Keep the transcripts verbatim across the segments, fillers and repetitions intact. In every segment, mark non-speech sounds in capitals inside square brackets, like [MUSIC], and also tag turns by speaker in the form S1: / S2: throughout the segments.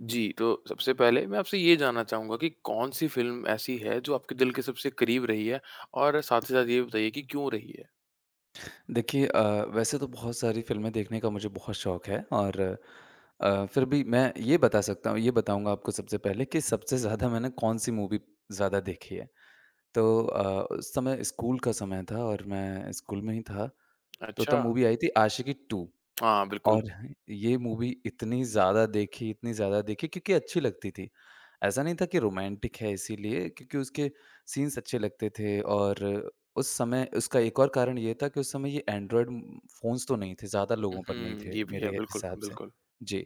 S1: जी, तो सबसे पहले मैं आपसे ये जानना चाहूँगा कि कौन-सी फ़िल्म ऐसी है जो आपके दिल के सबसे करीब रही है? और साथ ही साथ ये भी बताइए कि क्यों रही है?
S2: देखिए अ, वैसे तो बहुत सारी फ़िल्में देखने का मुझे बहुत शौक है और अ, फिर भी मैं ये बता सकता हूँ ये बताऊँगा आपको सबसे पहले कि सबसे ज़्यादा मैंने कौन-सी मूवी ज़्यादा देखी है। तो अ, उस समय स्कूल का समय था और मैं स्कूल में ही था, तो
S1: अच्छा,
S2: तब मूवी आई थी आशिकी टू।
S1: हाँ, बिल्कुल।
S2: और ये मूवी इतनी ज़्यादा देखी, इतनी ज़्यादा देखी क्योंकि अच्छी लगती थी। ऐसा नहीं था कि रोमांटिक है इसीलिए क्योंकि उसके सीन्स अच्छे लगते थे और उस समय उसका एक और कारण ये था कि उस समय ये एंड्रॉयड उम, फ़ोन्स तो नहीं थे, ज़्यादा
S1: हुँ,
S2: लोगों पर नहीं
S1: हुँ,
S2: थे
S1: ये भी है,
S2: मेरे
S1: बिल्कुल,
S2: हिसाब से।
S1: बिल्कुल।
S2: जी,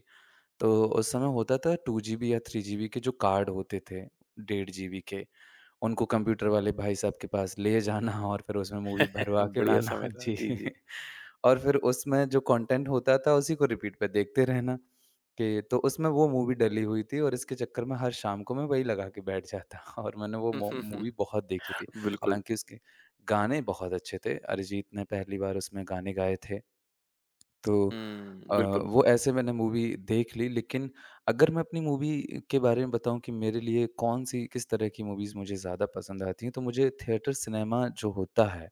S2: तो उस समय होता था टू जीबी या थ्री जीबी के जो कार्ड होते थे, डेढ़ जीबी के, उनको कंप्यूटर वाले भाई साहब के पास ले जाना और फिर उसमें मूवी भरवा
S1: [LAUGHS]
S2: के
S1: बढ़िया
S2: लाना। [LAUGHS]
S1: समय था।
S2: जी।
S1: जी, जी।
S2: और फिर उसमें जो कंटेंट होता था उसी को रिपीट पे देखते रहना कि तो उसमें वो मूवी डली हुई थी और इसके चक्कर में हर शाम को मैं वही लगा के बैठ जाता [LAUGHS] और मैंने वो
S1: [LAUGHS] हुँ,
S2: मो
S1: हुँ,
S2: मूवी
S1: हुँ,
S2: बहुत देखी थी।
S1: बिल्कुल।
S2: हालाँकि उसके गाने बहुत अच्छे थे। अरिजीत ने पहली बार उसमें गाने गाए थे। तो
S1: हुँ,
S2: अ,
S1: बिल्कुल।
S2: वो ऐसे मैंने मूवी देख ली लेकिन अगर मैं अपनी मूवी के बारे में बताऊँ कि मेरे लिए कौन-सी किस तरह की मूवीज़ मुझे ज़्यादा पसंद आती हैं, तो मुझे थिएटर सिनेमा जो होता है,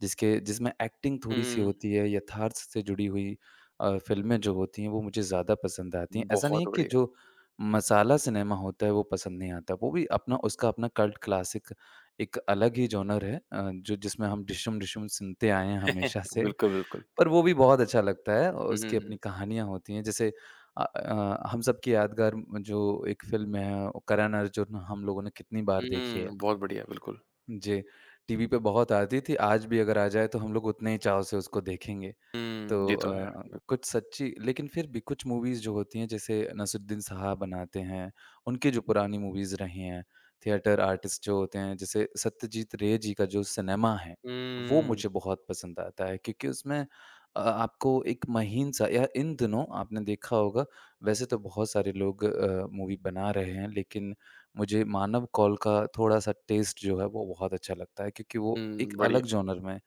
S2: जिसके जिसमें एक्टिंग थोड़ी-सी
S1: हुँ,
S2: होती है, यथार्थ से जुड़ी हुई अ, फ़िल्में जो होती हैं, वो मुझे ज़्यादा पसंद आती हैं। ऐसा नहीं है
S1: बहुत
S2: कि
S1: बढ़िया।
S2: जो मसाला सिनेमा होता है, वो पसंद नहीं आता, वो भी अपना उसका अपना कल्ट क्लासिक एक अलग ही जॉनर है अ, जो जिसमें हम डिशम-डिशम सुनते आए हैं हमेशा से।
S1: बिल्कुल, बिल्कुल।
S2: पर वो भी बहुत अच्छा लगता है और
S1: हुँ, हुँ,
S2: उसकी
S1: हुँ।
S2: अपनी कहानियाँ होती हैं जैसे अ अ, हम सबकी यादगार जो एक फ़िल्म है वो करण अर्जुन हम लोगों ने कितनी बार देखी है।
S1: हुँ, बहुत बढ़िया, बिल्कुल।
S2: जी, टीवी पे बहुत आती थी, आज भी अगर आ जाए तो हम लोग उतने ही चाव से उसको देखेंगे। तो
S1: हुँ, ये तो है।
S2: अ, कुछ सच्ची लेकिन फिर भी कुछ मूवीज़ जो होती हैं जैसे नसीरुद्दीन साहब बनाते हैं, उनकी जो पुरानी मूवीज़ रही हैं, थिएटर आर्टिस्ट जो होते हैं जैसे सत्यजीत रे जी का जो सिनेमा है, वो
S1: हुँ,
S2: मुझे बहुत पसंद आता है क्योंकि उसमें अ, आपको एक महीन सा या इन दिनों आपने देखा होगा वैसे तो बहुत सारे लोग अ, मूवी बना रहे हैं लेकिन मुझे मानव कौल का थोड़ा-सा टेस्ट जो है वो बहुत अच्छा लगता है क्योंकि वो एक
S1: हुँ,
S2: अलग
S1: बढ़िया।
S2: जॉनर में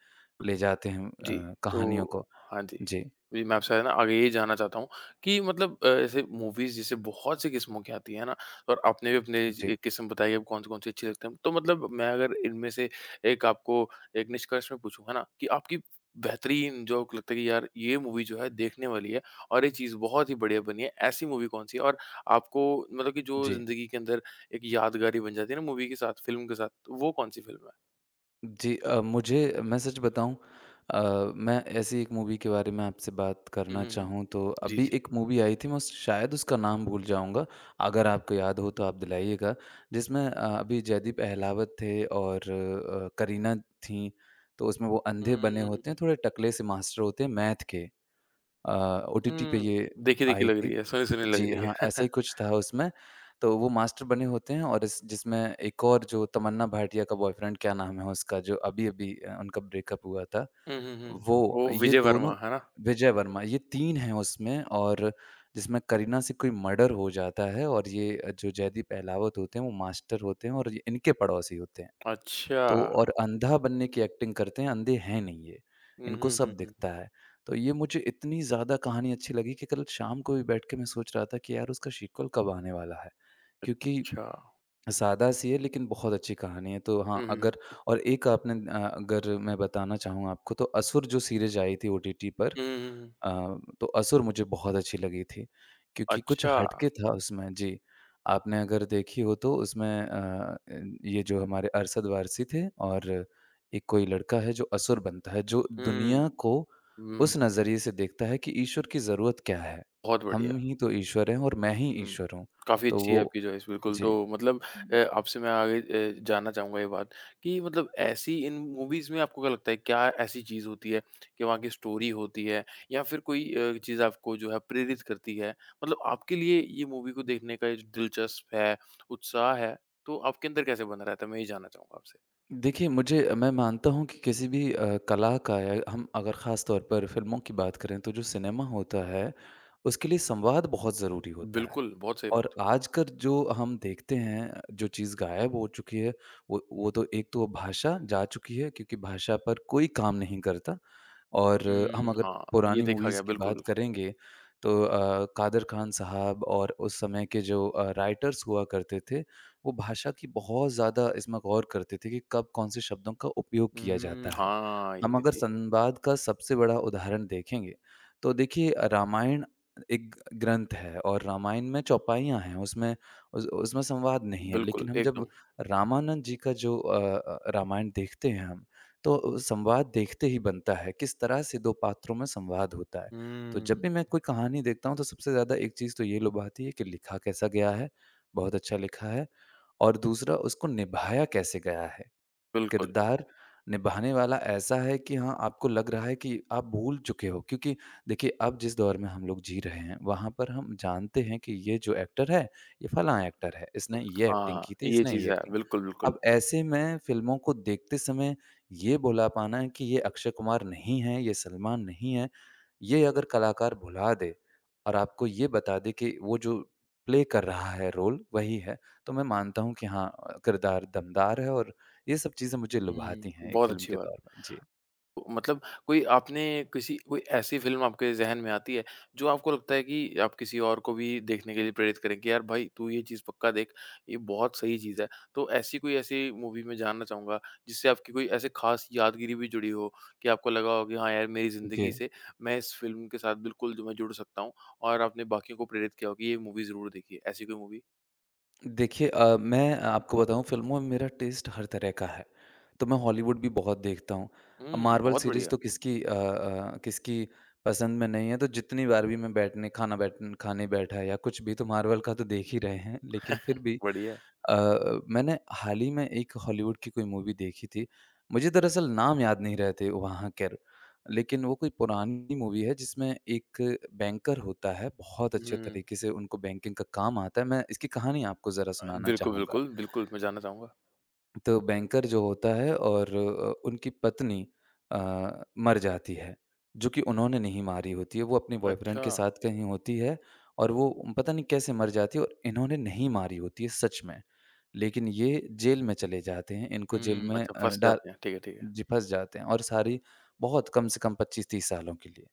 S2: ले जाते हैं
S1: जी,
S2: अ, कहानियों
S1: तो
S2: को।
S1: हाँ जी।
S2: जी,
S1: जी, मैं आपसे ना आगे ये जानना चाहता हूँ कि मतलब अ, ऐसे मूवीज़ जैसे बहुत सी किस्मों की आती है ना? और आपने भी अपने
S2: जी,
S1: एक किस्म बताई है कौन-कौन सी अच्छी लगती है। तो मतलब मैं अगर इनमें से एक आपको एक निष्कर्ष में पूछूँ, है ना? कि आपकी बेहतरीन जो आपको लगता है कि यार ये मूवी जो है देखने वाली है और ये चीज़ बहुत ही बढ़िया बनी है, ऐसी मूवी कौन-सी है? और आपको मतलब कि जो
S2: जी।
S1: ज़िंदगी के अंदर एक यादगारी बन जाती है ना मूवी के साथ, फ़िल्म के साथ, तो वो कौन-सी फ़िल्म है?
S2: जी अ, मुझे मैं सच बताऊँ अ, मैं ऐसी एक मूवी के बारे में आपसे बात
S1: हुँ,
S2: करना
S1: हुँ, हुँ।
S2: चाहूँ तो
S1: जी,
S2: अभी
S1: जी।
S2: एक मूवी आई थी मैं उस- शायद उसका नाम भूल जाऊँगा, अगर आपको याद हो तो आप दिलाइएगा। जिसमें अ, अभी जयदीप अहलावत थे और अ, करीना थीं, तो उसमें वो अंधे
S1: हुँ,
S2: बने
S1: हुँ,
S2: होते हैं,
S1: हुँ।
S2: थोड़े टकले से मास्टर होते हैं मैथ के। अ, ओटीटी पे
S1: हुँ,
S2: ये
S1: देखी-देखी
S2: आई
S1: लग रही
S2: थी।
S1: है, सुनी-सुनी लग
S2: जी
S1: रही
S2: हाँ, ऐसा
S1: है।
S2: ही
S1: [LAUGHS]
S2: कुछ था उसमें। तो वो मास्टर बने होते हैं और इस जिसमें एक और जो तमन्ना भाटिया का बॉयफ्रेंड क्या नाम है उसका जो अभी-अभी अ, उनका ब्रेकअप हुआ था।
S1: हुँ, हुँ, हुँ। [LAUGHS]
S2: वो
S1: वो
S2: ये
S1: विजय
S2: दोनों
S1: वर्मा, है ना?
S2: विजय वर्मा ये तीन हैं उसमें और जिसमें करीना से कोई मर्डर हो जाता है और ये अ, जो जयदीप अहलावत होते हैं वो मास्टर होते हैं और ये इनके पड़ोसी होते हैं।
S1: अच्छा।
S2: तो और अंधा बनने की एक्टिंग करते हैं, अंधे हैं नहीं ये,
S1: हुँ,
S2: इनको
S1: हुँ, हुँ,
S2: सब
S1: हुँ।
S2: दिखता है। तो ये मुझे इतनी ज़्यादा कहानी अच्छी लगी कि कल शाम को भी बैठ के मैं सोच रहा था कि यार उसका सीक्वल कब आने वाला है? क्योंकि
S1: अच्छा।
S2: सादा-सी है लेकिन बहुत अच्छी कहानी है। तो हाँ,
S1: हुँ, हुँ।
S2: अगर और एक आपने अ, अगर मैं बताना चाहूँ आपको तो असुर जो सीरीज़ आई थी ओटीटी पर
S1: हुँ, हुँ, हुँ।
S2: अ, तो असुर मुझे बहुत अच्छी लगी थी क्योंकि कुछ
S1: अच्छा।
S2: हटके था उसमें जी। आपने अगर देखी हो तो उसमें अ, ये जो हमारे अरशद वारसी थे और एक कोई लड़का है जो असुर बनता है, जो
S1: हुँ,
S2: दुनिया को
S1: हुँ।
S2: उस नज़रिए से देखता है कि ईश्वर की ज़रूरत क्या है?
S1: बहुत बढ़िया।
S2: हम ही तो ईश्वर हैं और मैं ही
S1: हुँ।
S2: ईश्वर हूँ।
S1: काफ़ी
S2: तो
S1: अच्छी है
S2: वो
S1: आपकी चॉइस बिल्कुल,
S2: जी।
S1: तो मतलब अ, आपसे मैं आगे अ, जानना चाहूँगा ये बात कि मतलब ऐसी इन मूवीज़ में आपको क्या लगता है, क्या ऐसी चीज़ होती है कि वहाँ की स्टोरी होती है या फिर कोई अ, चीज़ आपको जो है प्रेरित करती है? मतलब आपके लिए ये मूवी को देखने का ये जो दिलचस्प है, उत्साह है, तो आपके अंदर कैसे बना रहता है? मैं ये जानना चाहूँगा आपसे।
S2: देखिए, मुझे मैं मानता हूँ कि किसी भी अ, कला का या हम अगर ख़ास तौर पर फ़िल्मों की बात करें, तो जो सिनेमा होता है, उसके लिए संवाद बहुत ज़रूरी होता है।
S1: बिल्कुल, बहुत सही
S2: और
S1: बात।
S2: आजकल जो हम देखते हैं, जो चीज़ गायब हो चुकी है, वो वो तो एक तो भाषा जा चुकी है क्योंकि भाषा पर कोई काम नहीं करता और
S1: हुँ,
S2: हम अगर
S1: हाँ, ये
S2: पुरानी
S1: देखा गया,
S2: मूवीज़ की
S1: बिल्कुल,
S2: बात
S1: बिल्कुल।
S2: करेंगे, तो अ, कादर ख़ान साहब और उस समय के जो अ, राइटर्स हुआ करते थे, वो भाषा की बहुत ज़्यादा इसमें गौर करते थे कि कब कौन-से शब्दों का उपयोग किया
S1: हुँ,
S2: जाता है।
S1: हाँ, ये
S2: हम
S1: भी
S2: अगर
S1: थी।
S2: संवाद का सबसे बड़ा उदाहरण देखेंगे, तो देखिए अ, रामायण एक ग्रंथ है और रामायण में चौपाइयाँ हैं, उसमें उस उसमें संवाद नहीं है।
S1: बिल्कुल,
S2: लेकिन हम जब
S1: एकदम।
S2: रामानंद जी का जो अ अ, रामायण देखते हैं हम, तो संवाद देखते ही बनता है, किस तरह से दो पात्रों में संवाद होता है। तो
S1: हुँ,
S2: जब भी मैं कोई कहानी देखता हूँ, तो सबसे ज़्यादा एक चीज़ तो ये लुभाती है कि लिखा कैसा गया है, बहुत अच्छा लिखा है और दूसरा उसको निभाया कैसे गया है।
S1: बिल्कुल।
S2: किरदार निभाने वाला ऐसा है कि हाँ, आपको लग रहा है कि आप भूल चुके हो क्योंकि देखिए अब जिस दौर में हम लोग जी रहे हैं, वहाँ पर हम जानते हैं कि ये जो एक्टर है, ये फलाँ एक्टर है, इसने ये एक्टिंग की
S1: हाँ,
S2: थी,
S1: ये
S2: इसने
S1: चीज़
S2: ये
S1: है।
S2: एक्टिंग
S1: बिल्कुल, बिल्कुल।
S2: अब ऐसे में फ़िल्मों को देखते समय ये बोला पाना कि ये अक्षय कुमार नहीं है, ये सलमान नहीं है, ये अगर कलाकार भुला दे और आपको ये बता दे कि वो जो प्ले कर रहा है रोल वही है, तो मैं मानता हूँ कि हाँ अ, किरदार दमदार है और ये सब चीज़ें मुझे
S1: हुँ, हुँ,
S2: लुभाती
S1: हुँ।
S2: हैं एक
S1: बहुत
S2: फ़िल्म
S1: अच्छी
S2: के
S1: बात।
S2: तौर पर। जी।
S1: तो मतलब कोई आपने किसी कोई ऐसी फ़िल्म आपके ज़हन में आती है, जो आपको लगता है कि आप किसी और को भी देखने के लिए प्रेरित करें कि यार भाई तू ये चीज़ पक्का देख, ये बहुत सही चीज़ है। तो ऐसी कोई ऐसी मूवी मैं जानना चाहूँगा, जिससे आपकी कोई ऐसे ख़ास यादगिरी भी जुड़ी हो कि आपको लगा हो कि हाँ यार मेरी
S2: जी।
S1: ज़िंदगी से मैं इस फ़िल्म के साथ बिल्कुल जो मैं जुड़ सकता हूँ और आपने बाकियों को प्रेरित किया हो कि ये मूवी ज़रूर देखिए। ऐसी कोई मूवी?
S2: देखिए अ, मैं आपको बताऊँ फ़िल्मों में मेरा टेस्ट हर तरह का है। तो मैं हॉलीवुड भी बहुत देखता हूँ। अब
S1: हुँ,
S2: मार्वल
S1: बहुत
S2: सीरीज़
S1: बढ़िया,
S2: तो किसकी अ अ, किसकी पसंद में नहीं है तो जितनी बार भी मैं बैठने खाना बैठ खाने बैठा या कुछ भी तो मार्वल का तो देख ही रहे हैं। लेकिन फिर भी
S1: बढ़िया।
S2: अ, मैंने हाल ही में एक हॉलीवुड की कोई मूवी देखी थी। मुझे दरअसल नाम याद नहीं रहे थे वहाँ के, लेकिन वो कोई पुरानी मूवी है जिसमें एक बैंकर होता है, बहुत
S1: हुँ,
S2: अच्छे
S1: हुँ, हुँ।
S2: तरीके से उनको बैंकिंग का काम आता है। मैं इसकी कहानी आपको ज़रा सुनाना
S1: बिल्कुल,
S2: चाहूँगा।
S1: बिल्कुल, बिल्कुल, मैं जानना चाहूँगा।
S2: तो बैंकर जो होता है और अ, उनकी पत्नी अ, मर जाती है, जो कि उन्होंने नहीं मारी होती है। वो अपने बॉयफ्रेंड
S1: अच्छा,
S2: के साथ कहीं होती है और वो पता नहीं कैसे मर जाती है और इन्होंने नहीं मारी होती है सच में। लेकिन ये जेल में चले जाते हैं, इनको जेल
S1: हुँ,
S2: में
S1: अच्छा
S2: अ,
S1: फँस
S2: डाल
S1: जाते हैं, ठीक है, ठीक है।
S2: जी, फँस जाते हैं और सारी बहुत कम से कम पच्चीस तीस सालों के लिए।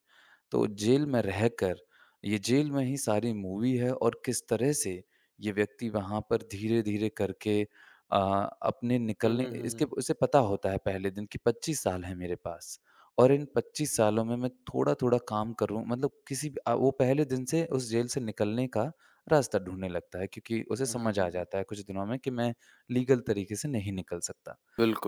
S2: तो जेल में रहकर ये जेल में ही सारी मूवी है और किस तरह से ये व्यक्ति वहाँ पर धीरे-धीरे करके अ, अपने
S1: हुँ,
S2: निकलने
S1: हुँ, हुँ,
S2: इसके उसे पता होता है पहले दिन कि पच्चीस साल है मेरे पास और इन पच्चीस सालों में मैं थोड़ा-थोड़ा काम करूँ मतलब किसी भी अ, वो पहले दिन से उस जेल से निकलने का रास्ता ढूँढने लगता है क्योंकि उसे
S1: हुँ, हुँ, हुँ,
S2: समझ आ
S1: हुँ, हुँ,
S2: जाता है कुछ दिनों में कि मैं लीगल तरीके से नहीं निकल सकता।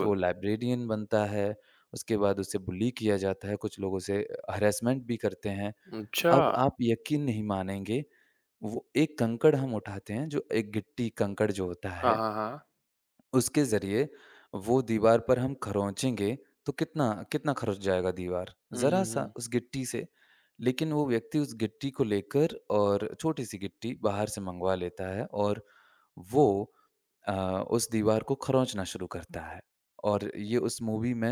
S2: तो वो लाइब्रेरियन बनता है उसके बाद उसे बुली किया जाता है, कुछ लोग उसे हैरेसमेंट भी करते हैं।
S1: अच्छा,
S2: अब आप यकीन नहीं मानेंगे, वो एक कंकड़ हम उठाते हैं, जो एक गिट्टी कंकड़ जो होता
S1: हाँ,
S2: है
S1: हाँ, हाँ।
S2: उसके ज़रिए वो दीवार पर हम खरोंचेंगे, तो कितना कितना खरोंच जाएगा दीवार?
S1: हुँ, हुँ,
S2: ज़रा-सा
S1: हुँ,
S2: उस गिट्टी से। लेकिन वो व्यक्ति उस गिट्टी को लेकर और छोटी-सी गिट्टी बाहर से मँगवा लेता है और वो अ, उस दीवार को खरोंचना शुरू करता है। और ये उस मूवी में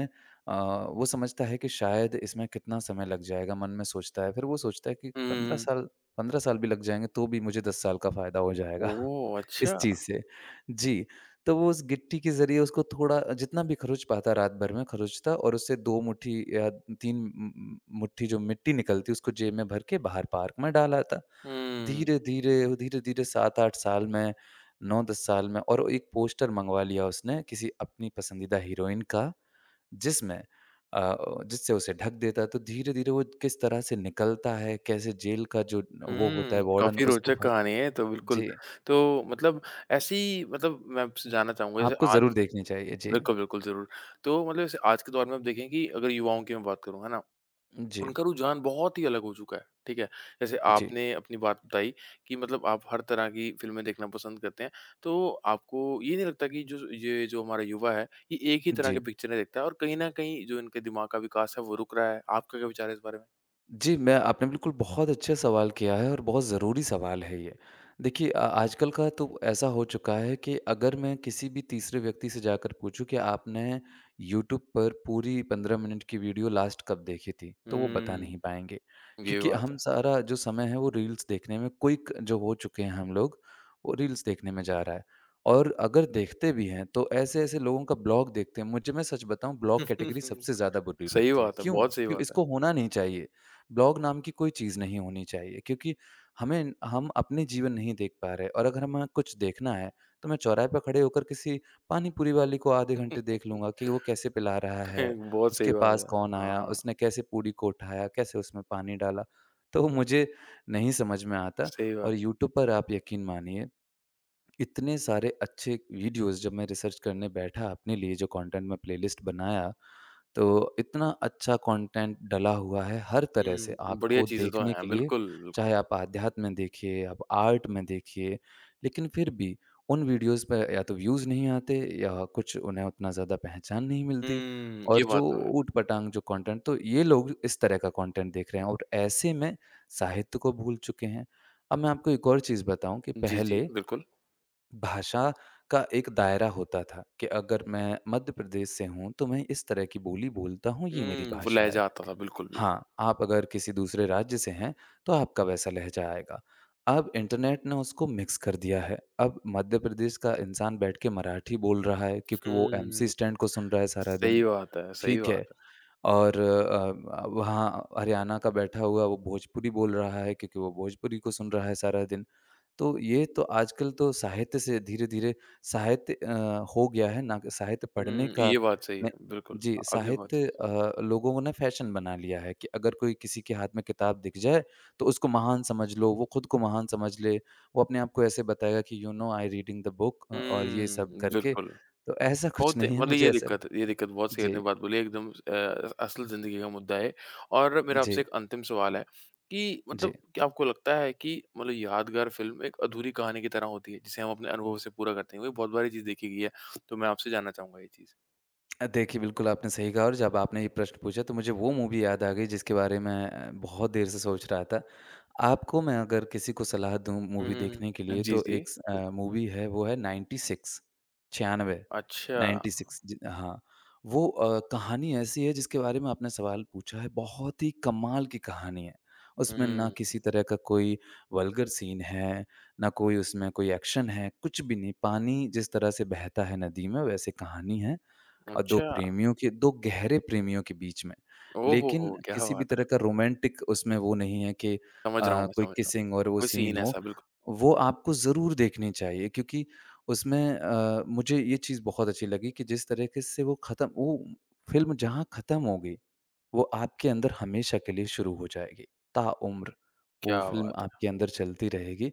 S2: अ, वो समझता है कि शायद इसमें कितना समय लग जाएगा, मन में सोचता है। फिर वो सोचता है कि
S1: हुँ,
S2: पंद्रह
S1: हुँ, हुँ,
S2: साल पंद्रह साल भी लग जाएँगे, तो भी मुझे दस साल का फ़ायदा हो जाएगा [LAUGHS]
S1: ओह!
S2: इस
S1: अच्छा,
S2: चीज़ से। जी, तो वो उस गिट्टी के ज़रिए उसको थोड़ा जितना भी खरोंच पाता रात भर में खरोंचता और उससे दो मुट्ठी या तीन म मुट्ठी जो मिट्टी निकलती उसको जेब में भर के बाहर पार्क में डाल आता।
S1: हुँ,
S2: धीरे-धीरे, धीरे-धीरे सात आठ साल में, नौ दस साल में और एक पोस्टर मँगवा लिया उसने किसी अपनी पसंदीदा हीरोइन का, जिसमें अ, जिससे उसे ढक देता, तो धीरे-धीरे वो किस तरह से निकलता है, कैसे जेल का जो वो होता है
S1: हुँ,
S2: वार्डन
S1: काफ़ी
S2: उसको
S1: रोचक
S2: फँस।
S1: कहानी है ये तो बिल्कुल।
S2: जी,
S1: तो मतलब ऐसी मतलब मैं आपसे जानना चाहूँगा जैसे
S2: आपको
S1: आज
S2: ज़रूर देखनी चाहिए। जी।
S1: बिल्कुल, बिल्कुल, ज़रूर। तो मतलब जैसे आज के दौर में आप देखें कि अगर युवाओं की मैं बात करूँ, है ना?
S2: जी,
S1: उनका रुझान बहुत ही अलग हो चुका है, ठीक है? जैसे
S2: जी।
S1: आपने अपनी बात बताई कि मतलब आप हर तरह की फ़िल्में देखना पसंद करते हैं, तो आपको ये नहीं लगता कि जो ये जो हमारा युवा है, ये एक ही तरह
S2: जी।
S1: की पिक्चरें देखता है और कहीं न कहीं जो इनके दिमाग का विकास है, वो रुक रहा है। आपका क्या विचार है इस बारे में?
S2: जी, मैं आपने बिल्कुल बहुत अच्छा सवाल किया है और बहुत ज़रूरी सवाल है ये। देखिए अ, आजकल का तो ऐसा हो चुका है कि अगर मैं किसी भी तीसरे व्यक्ति से जाकर पूछूँ कि आपने यूट्यूब पर पूरी पंद्रह मिनट की वीडियो लास्ट कब देखी थी? तो वो बता नहीं
S1: हुँ,
S2: पाएँगे।
S1: ये
S2: क्योंकि
S1: बात
S2: हम
S1: है।
S2: सारा जो समय है वो रील्स देखने में क्विक जो हो चुके हैं हम लोग, वो रील्स देखने में जा रहा है। और अगर देखते भी हैं तो ऐसे-ऐसे लोगों का ब्लॉग देखते हैं, मुझे मैं सच बताऊँ, ब्लॉग कैटेगरी सबसे
S1: [LAUGHS] सही
S2: ज़्यादा बुरी लगती है।
S1: बात है,
S2: क्यों?
S1: बहुत सही
S2: क्यों
S1: बात है।
S2: इसको होना नहीं चाहिए। ब्लॉग नाम की कोई चीज़ नहीं होनी चाहिए क्योंकि हमें हम अपने जीवन नहीं देख पा रहे, और अगर हमें कुछ देखना है तो मैं चौराहे पर खड़े होकर किसी पानी पूरी वाले को आधे घंटे देख लूँगा
S1: [LAUGHS]
S2: कि वो कैसे पिला रहा है,
S1: बहुत सही
S2: उसके
S1: बात
S2: पास
S1: है।
S2: कौन आया,
S1: हाँ,
S2: उसने कैसे पूड़ी को उठाया, कैसे उसमें पानी डाला। तो वो मुझे नहीं समझ में आता।
S1: सही बात
S2: और
S1: है।
S2: यूट्यूब पर आप यकीन मानिए, इतने सारे अच्छे वीडियोज़ जब मैं रिसर्च करने बैठा अपने लिए, जो कंटेंट मैं प्लेलिस्ट बनाया, तो इतना अच्छा कंटेंट डला हुआ है हर तरह से
S1: हुँ, बढ़िया
S2: आपको
S1: चीज़ें तो
S2: देखने
S1: हैं,
S2: के लिए,
S1: बिल्कुल, बिल्कुल।
S2: चाहे आप आध्यात्म में देखिए, आप आर्ट में देखिए। लेकिन फिर भी उन वीडियोज़ पे या तो व्यूज़ नहीं आते या कुछ उन्हें उतना ज़्यादा पहचान नहीं मिलती।
S1: हुँ, ये
S2: और
S1: बात
S2: जो
S1: तो है।
S2: ऊट-पटांग जो कंटेंट, तो ये लोग इस तरह का कंटेंट देख रहे हैं और ऐसे में साहित्य को भूल चुके हैं। अब मैं आपको एक और चीज़ बताऊँ कि
S1: जी, जी,
S2: पहले
S1: बिल्कुल।
S2: भाषा का एक दायरा होता था कि अगर मैं मध्य प्रदेश से हूँ, तो मैं इस तरह की बोली बोलता हूँ, ये मेरी
S1: हुँ, वो
S2: भाषा है।
S1: लहज़ा आता था, बिल्कुल, बिल्कुल।
S2: हाँ, आप अगर किसी दूसरे राज्य से हैं, तो आपका वैसा लहज़ा आएगा। अब इंटरनेट ने उसको मिक्स कर दिया है। अब मध्य प्रदेश का इंसान बैठ के मराठी बोल रहा है, क्योंकि वो एमसी
S1: हुँ।
S2: स्टैंड को सुन रहा है सारा
S1: सही
S2: दिन।
S1: बात है, सही
S2: ठीक
S1: बात
S2: है?
S1: है।
S2: और अ, अ, वहाँ हरियाणा का बैठा हुआ वो भोजपुरी बोल रहा है क्योंकि वो भोजपुरी को सुन रहा है सारा दिन। तो ये तो आजकल तो साहित्य से धीरे-धीरे साहित्य अ, हो गया है ना कि साहित्य
S1: हुँ,
S2: पढ़ने का
S1: ये बात सही है,
S2: न।
S1: बिल्कुल।
S2: जी,
S1: आपने बहुत
S2: साहित्य
S1: सही
S2: अ, लोगों ने फैशन बना लिया है कि अगर कोई किसी के हाथ में किताब दिख जाए, तो उसको महान समझ लो, वो खुद को महान समझ ले, वो अपने आप को ऐसे बताएगा कि you know I reading the book और ये सब
S1: हुँ,
S2: करके,
S1: बिल्कुल।
S2: तो ऐसा कुछ
S1: होते
S2: नहीं है,
S1: मतलब ये
S2: मुझे ऐसा।
S1: दिक्कत ये दिक्कत बहुत सही आपने
S2: जी,
S1: बात बोली एकदम अ, असल ज़िंदगी का मुद्दा है और मेरा
S2: जी,
S1: आपसे एक अंतिम सवाल है कि
S2: जी।
S1: मतलब क्या आपको लगता है कि मतलब यादगार फ़िल्म एक अधूरी कहानी की तरह होती है, जिसे हम अपने अनुभव से पूरा करते हैं? क्योंकि बहुत बार ये चीज़ देखी गई है, तो मैं आपसे जानना चाहूँगा ये चीज़।
S2: अ, देखिए, बिल्कुल आपने सही कहा, और जब आपने ये प्रश्न पूछा तो मुझे वो मूवी याद आ गई जिसके बारे में अ, बहुत देर से सोच रहा था। आपको मैं अगर किसी को सलाह दूँ
S1: हुँ,
S2: मूवी
S1: हुँ,
S2: देखने के
S1: हुँ।
S2: लिए,
S1: जी,
S2: तो
S1: जी।
S2: एक स अ, मूवी है, वो है नाइंटी सिक्स। Ninety six.
S1: अच्छा।
S2: नाइंटी सिक्स, जी हाँ, वो अ, कहानी ऐसी है जिसके बारे में आपने सवाल पूछा है, बहुत ही कमाल की कहानी है। उसमें ना
S1: हुँ,
S2: किसी तरह का कोई वल्गर सीन है, ना कोई उसमें कोई एक्शन है, कुछ भी नहीं। पानी जिस तरह से बहता है नदी में, वैसे कहानी है, अ, दो
S1: अच्छा।
S2: प्रेमियों के, दो गहरे प्रेमियों के बीच में। लेकिन
S1: ओहोहो! क्या
S2: किसी भी
S1: बात है!
S2: तरह का रोमांटिक उसमें वो नहीं है कि अ,
S1: समझ रहा हूँ मैं,
S2: कोई
S1: समझ रहा हूँ।
S2: किसिंग और वो
S1: कोई
S2: सीन
S1: सीन
S2: हो।
S1: ऐसा बिल्कुल,
S2: वो आपको ज़रूर देखनी चाहिए, क्योंकि उसमें अ, मुझे ये चीज़ बहुत अच्छी लगी कि जिस तरीके से वो ख़त्म, वो फ़िल्म जहाँ ख़त्म हो गई, वो आपके अंदर हमेशा के लिए शुरू हो जाएगी, ताउम्र। वो
S1: क्या
S2: फ़िल्म
S1: बात है!
S2: आपके अंदर चलती रहेगी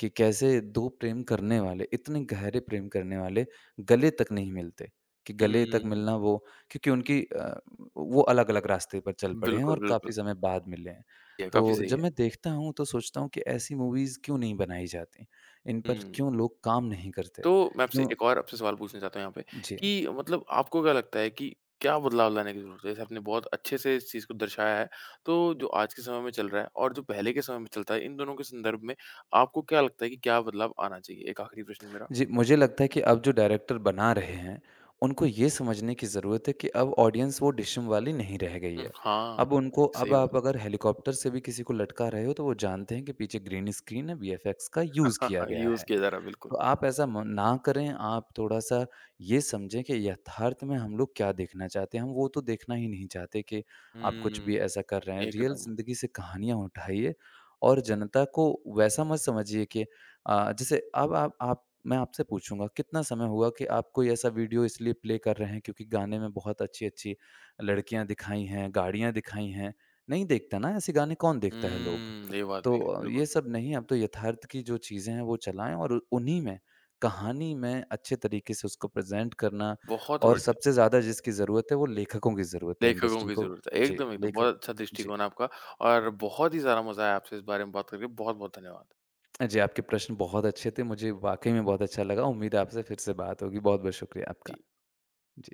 S2: कि कैसे दो प्रेम करने वाले, इतने गहरे प्रेम करने वाले, गले तक नहीं मिलते, कि गले तक
S1: हुँ,
S2: मिलना, वो क्योंकि उनकी अ, वो अलग-अलग रास्ते पर चल पड़े हैं
S1: बिल्कुल,
S2: और
S1: बिल्कुल।
S2: काफ़ी समय बाद मिले हैं।
S1: ये काफ़ी
S2: तो
S1: सही
S2: जब
S1: है।
S2: मैं देखता हूँ तो सोचता हूँ कि ऐसी मूवीज़ क्यों नहीं बनाई जाती? इन पर
S1: हुँ,
S2: क्यों लोग काम नहीं करते?
S1: तो मैं आपसे
S2: क्यों?
S1: एक और आपसे सवाल पूछना चाहता हूँ यहाँ पे
S2: जी।
S1: कि मतलब आपको क्या लगता है कि क्या बदलाव लाने की ज़रूरत है? जैसे आपने बहुत अच्छे से इस चीज़ को दर्शाया है, तो जो आज के समय में चल रहा है और जो पहले के समय में चलता है, इन दोनों के संदर्भ में आपको क्या लगता है कि क्या बदलाव आना चाहिए? एक आखिरी प्रश्न मेरा।
S2: जी, मुझे लगता है कि अब जो डायरेक्टर बना रहे हैं, उनको ये समझने की ज़रूरत है कि अब ऑडियंस वो डिशम वाली नहीं रह गई
S1: हुँ,
S2: है।
S1: हाँ,
S2: अब उनको, अब
S1: सही
S2: आप
S1: बात।
S2: अगर हेलीकॉप्टर से भी किसी को लटका रहे हो, तो वो जानते हैं कि पीछे ग्रीन स्क्रीन है, वीएफएक्स का यूज़ किया
S1: [LAUGHS]
S2: गया
S1: यूज़
S2: है।
S1: किया जा रहा है,
S2: तो
S1: बिल्कुल।
S2: आप ऐसा म ना करें, आप थोड़ा-सा ये समझें कि यथार्थ में हम लोग क्या देखना चाहते हैं। हम वो तो देखना ही नहीं चाहते कि आप कुछ
S1: हुँ,
S2: भी ऐसा कर रहे हैं। रियल
S1: एकदम।
S2: ज़िंदगी से कहानियाँ उठाइए, और जनता को वैसा मत समझिए कि अ, जैसे अब आप आप मैं आपसे पूछूँगा कितना समय हुआ कि आप कोई ऐसा वीडियो इसलिए प्ले कर रहे हैं क्योंकि गाने में बहुत अच्छी-अच्छी लड़कियाँ दिखाई हैं, गाड़ियाँ दिखाई हैं? नहीं देखता ना, ऐसे गाने कौन देखता है लोग?
S1: हुँ, ये बात
S2: तो
S1: भी है,
S2: अ,
S1: बिल्कुल।
S2: ये सब नहीं, अब तो यथार्थ की जो चीज़ें हैं वो चलाएँ, और उ- उन्हीं में, कहानी में अच्छे तरीके से उसको प्रेज़ेंट करना,
S1: बहुत
S2: और
S1: बढ़िया,
S2: सबसे ज़्यादा जिसकी ज़रूरत है, वो लेखकों की ज़रूरत है
S1: लेखकों
S2: इंडस्ट्री
S1: की
S2: को।
S1: ज़रूरत है।
S2: जी,
S1: एकदम, एकदम,
S2: लेखक।
S1: बहुत अच्छा
S2: जी।
S1: दृष्टिकोण है आपका और बहुत ही सारा मज़ा आया आपसे इस बारे में बात करके। बहुत-बहुत धन्यवाद।
S2: जी, आपके प्रश्न बहुत अच्छे थे, मुझे वाक़ई में बहुत अच्छा लगा, उम्मीद है आपसे फिर से बात होगी, बहुत-बहुत शुक्रिया आपका।
S1: जी।
S2: जी।